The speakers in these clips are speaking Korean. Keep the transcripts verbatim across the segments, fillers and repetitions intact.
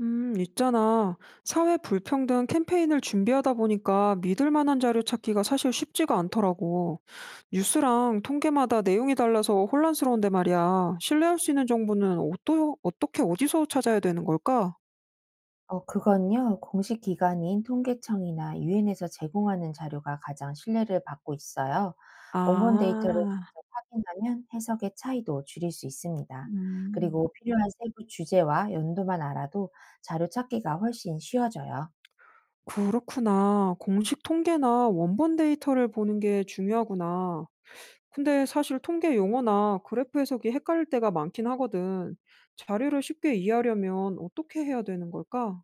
음, 있잖아. 사회 불평등 캠페인을 준비하다 보니까 믿을 만한 자료 찾기가 사실 쉽지가 않더라고. 뉴스랑 통계마다 내용이 달라서 혼란스러운데 말이야. 신뢰할 수 있는 정보는 어떠, 어떻게 어디서 찾아야 되는 걸까? 어 그건요. 공식 기관인 통계청이나 유엔에서 제공하는 자료가 가장 신뢰를 받고 있어요. 원본 데이터를 아, 직접 확인하면 해석의 차이도 줄일 수 있습니다. 음, 그리고 필요한 세부 주제와 연도만 알아도 자료 찾기가 훨씬 쉬워져요. 그렇구나. 공식 통계나 원본 데이터를 보는 게 중요하구나. 근데 사실 통계 용어나 그래프 해석이 헷갈릴 때가 많긴 하거든. 자료를 쉽게 이해하려면 어떻게 해야 되는 걸까?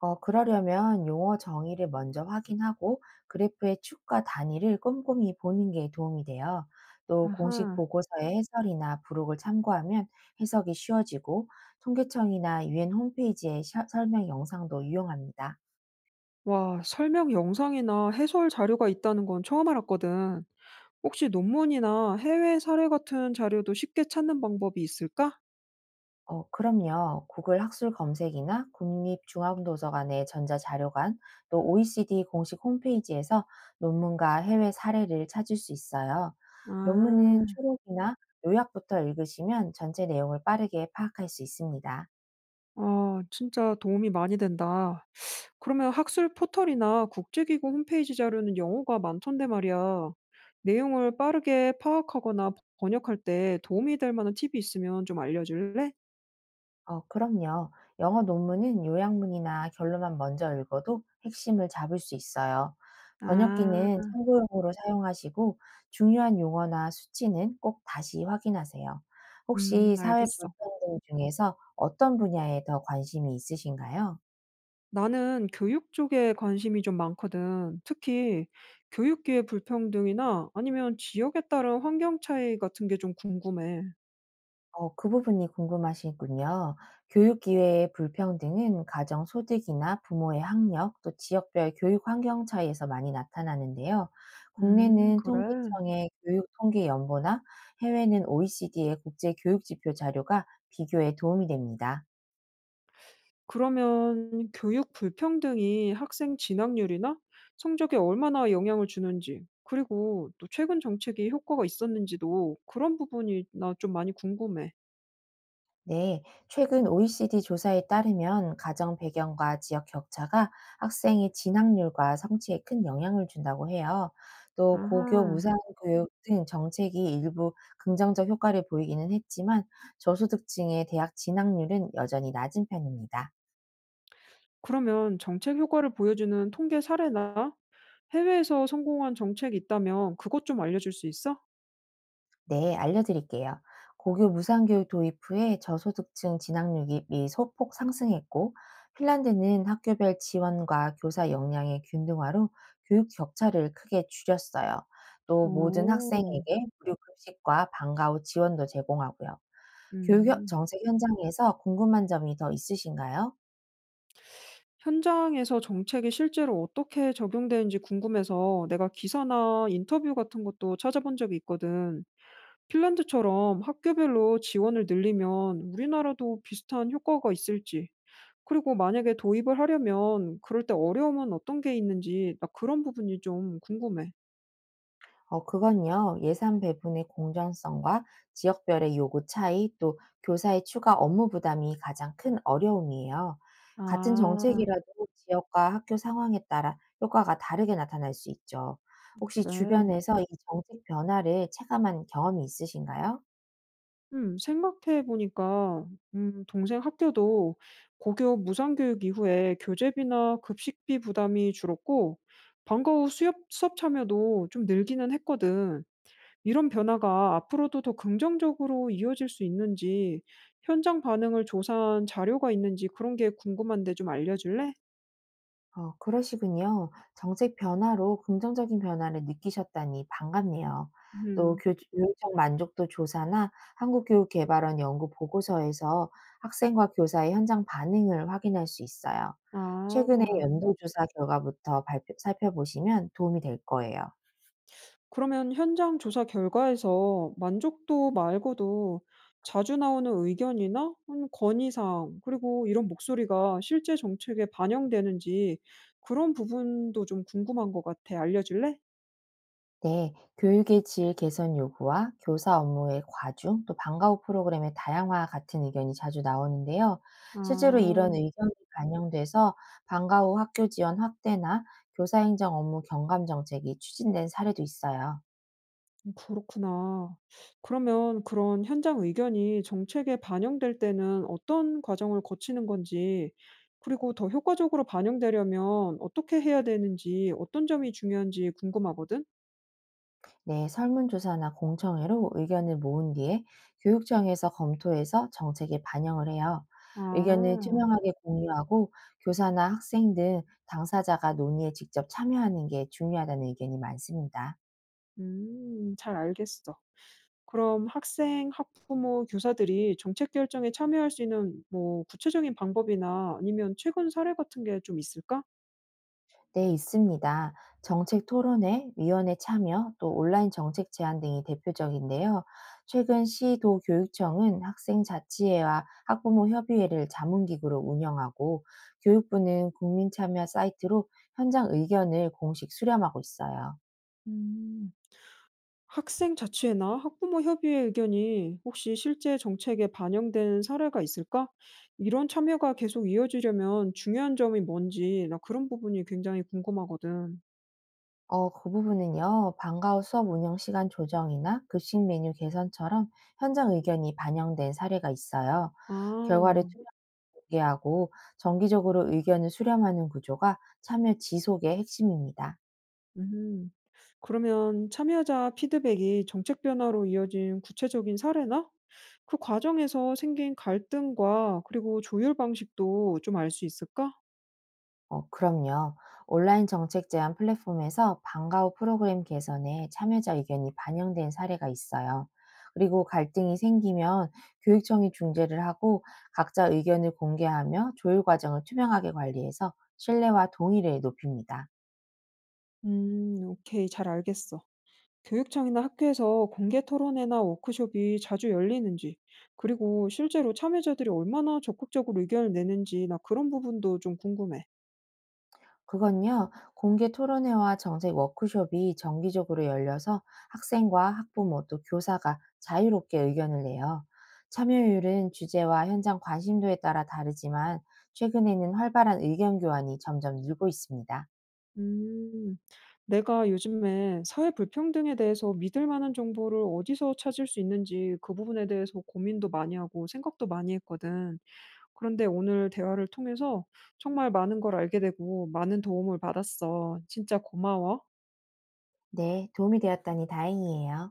어, 그러려면 용어 정의를 먼저 확인하고 그래프의 축과 단위를 꼼꼼히 보는 게 도움이 돼요. 또 공식 아하. 보고서의 해설이나 부록을 참고하면 해석이 쉬워지고 통계청이나 유엔 홈페이지의 셔- 설명 영상도 유용합니다. 와, 설명 영상이나 해설 자료가 있다는 건 처음 알았거든. 혹시 논문이나 해외 사례 같은 자료도 쉽게 찾는 방법이 있을까? 어, 그럼요. 구글 학술 검색이나 국립중앙도서관의 전자자료관, 또 오이씨디 공식 홈페이지에서 논문과 해외 사례를 찾을 수 있어요. 논문은 아, 초록이나 요약부터 읽으시면 전체 내용을 빠르게 파악할 수 있습니다. 아, 진짜 도움이 많이 된다. 그러면 학술 포털이나 국제기구 홈페이지 자료는 영어가 많던데 말이야. 내용을 빠르게 파악하거나 번역할 때 도움이 될 만한 팁이 있으면 좀 알려줄래? 어, 그럼요. 영어 논문은 요약문이나 결론만 먼저 읽어도 핵심을 잡을 수 있어요. 아, 번역기는 참고용으로 사용하시고 중요한 용어나 수치는 꼭 다시 확인하세요. 음, 혹시 사회 알겠어. 불평등 중에서 어떤 분야에 더 관심이 있으신가요? 나는 교육 쪽에 관심이 좀 많거든. 특히 교육기회 불평등이나 아니면 지역에 따른 환경 차이 같은 게 좀 궁금해. 어, 그 부분이 궁금하시군요. 교육 기회의 불평등은 가정 소득이나 부모의 학력, 또 지역별 교육 환경 차이에서 많이 나타나는데요. 음, 국내는 그래. 통계청의 교육 통계 연보나 해외는 오이씨디의 국제 교육 지표 자료가 비교에 도움이 됩니다. 그러면 교육 불평등이 학생 진학률이나 성적에 얼마나 영향을 주는지, 그리고 또 최근 정책이 효과가 있었는지도 그런 부분이 나 좀 많이 궁금해. 네, 최근 오이씨디 조사에 따르면 가정 배경과 지역 격차가 학생의 진학률과 성취에 큰 영향을 준다고 해요. 또 고교 아하. 무상 교육 등 정책이 일부 긍정적 효과를 보이기는 했지만 저소득층의 대학 진학률은 여전히 낮은 편입니다. 그러면 정책 효과를 보여주는 통계 사례나 해외에서 성공한 정책이 있다면 그것 좀 알려줄 수 있어? 네, 알려드릴게요. 고교 무상교육 도입 후에 저소득층 진학률이 소폭 상승했고, 핀란드는 학교별 지원과 교사 역량의 균등화로 교육 격차를 크게 줄였어요. 또 모든 오, 학생에게 무료 급식과 방과 후 지원도 제공하고요. 교육 현- 음. 정책 현장에서 궁금한 점이 더 있으신가요? 현장에서 정책이 실제로 어떻게 적용되는지 궁금해서 내가 기사나 인터뷰 같은 것도 찾아본 적이 있거든. 핀란드처럼 학교별로 지원을 늘리면 우리나라도 비슷한 효과가 있을지, 그리고 만약에 도입을 하려면 그럴 때 어려움은 어떤 게 있는지 나 그런 부분이 좀 궁금해. 어, 그건요, 예산 배분의 공정성과 지역별의 요구 차이, 또 교사의 추가 업무 부담이 가장 큰 어려움이에요. 같은 아, 정책이라도 지역과 학교 상황에 따라 효과가 다르게 나타날 수 있죠. 혹시 그래. 주변에서 이 정책 변화를 체감한 경험이 있으신가요? 음, 생각해 보니까, 음, 동생 학교도 고교 무상교육 이후에 교재비나 급식비 부담이 줄었고, 방과 후 수업, 수업 참여도 좀 늘기는 했거든. 이런 변화가 앞으로도 더 긍정적으로 이어질 수 있는지, 현장 반응을 조사한 자료가 있는지 그런 게 궁금한데 좀 알려줄래? 어, 그러시군요. 정책 변화로 긍정적인 변화를 느끼셨다니 반갑네요. 또 음. 교- 교육적 만족도 조사나 한국교육개발원 연구 보고서에서 학생과 교사의 현장 반응을 확인할 수 있어요. 아, 최근의 연도조사 결과부터 발표- 살펴보시면 도움이 될 거예요. 그러면 현장 조사 결과에서 만족도 말고도 자주 나오는 의견이나 음, 건의사항, 그리고 이런 목소리가 실제 정책에 반영되는지 그런 부분도 좀 궁금한 것 같아. 알려줄래? 네, 교육의 질 개선 요구와 교사 업무의 과중, 또 방과 후 프로그램의 다양화 같은 의견이 자주 나오는데요. 실제로 이런 아. 의견이 반영돼서 방과 후 학교 지원 확대나 교사 행정 업무 경감 정책이 추진된 사례도 있어요. 그렇구나. 그러면 그런 현장 의견이 정책에 반영될 때는 어떤 과정을 거치는 건지, 그리고 더 효과적으로 반영되려면 어떻게 해야 되는지, 어떤 점이 중요한지 궁금하거든? 네, 설문조사나 공청회로 의견을 모은 뒤에 교육청에서 검토해서 정책에 반영을 해요. 의견을 아, 투명하게 공유하고 교사나 학생 등 당사자가 논의에 직접 참여하는 게 중요하다는 의견이 많습니다. 음, 잘 알겠어. 그럼 학생, 학부모, 교사들이 정책 결정에 참여할 수 있는 뭐 구체적인 방법이나 아니면 최근 사례 같은 게 좀 있을까? 네, 있습니다. 정책 토론회, 위원회 참여, 또 온라인 정책 제안 등이 대표적인데요. 최근 시도 교육청은 학생 자치회와 학부모 협의회를 자문기구로 운영하고 교육부는 국민 참여 사이트로 현장 의견을 공식 수렴하고 있어요. 음. 학생 자치회나 학부모 협의회 의견이 혹시 실제 정책에 반영된 사례가 있을까? 이런 참여가 계속 이어지려면 중요한 점이 뭔지 나 그런 부분이 굉장히 궁금하거든. 어, 그 부분은요, 방과 후 수업 운영 시간 조정이나 급식 메뉴 개선처럼 현장 의견이 반영된 사례가 있어요. 결과를 아, 투명하게 하고 정기적으로 의견을 수렴하는 구조가 참여 지속의 핵심입니다. 음. 그러면 참여자 피드백이 정책 변화로 이어진 구체적인 사례나 그 과정에서 생긴 갈등과 그리고 조율 방식도 좀 알 수 있을까? 어, 그럼요. 온라인 정책 제안 플랫폼에서 방과후 프로그램 개선에 참여자 의견이 반영된 사례가 있어요. 그리고 갈등이 생기면 교육청이 중재를 하고 각자 의견을 공개하며 조율 과정을 투명하게 관리해서 신뢰와 동의를 높입니다. 음, 오케이. 잘 알겠어. 교육청이나 학교에서 공개 토론회나 워크숍이 자주 열리는지, 그리고 실제로 참여자들이 얼마나 적극적으로 의견을 내는지, 나 그런 부분도 좀 궁금해. 그건요, 공개 토론회와 정책 워크숍이 정기적으로 열려서 학생과 학부모 또 교사가 자유롭게 의견을 내요. 참여율은 주제와 현장 관심도에 따라 다르지만 최근에는 활발한 의견 교환이 점점 늘고 있습니다. 음, 내가 요즘에 사회 불평등에 대해서 믿을 만한 정보를 어디서 찾을 수 있는지 그 부분에 대해서 고민도 많이 하고 생각도 많이 했거든. 그런데 오늘 대화를 통해서 정말 많은 걸 알게 되고 많은 도움을 받았어. 진짜 고마워. 네, 도움이 되었다니 다행이에요.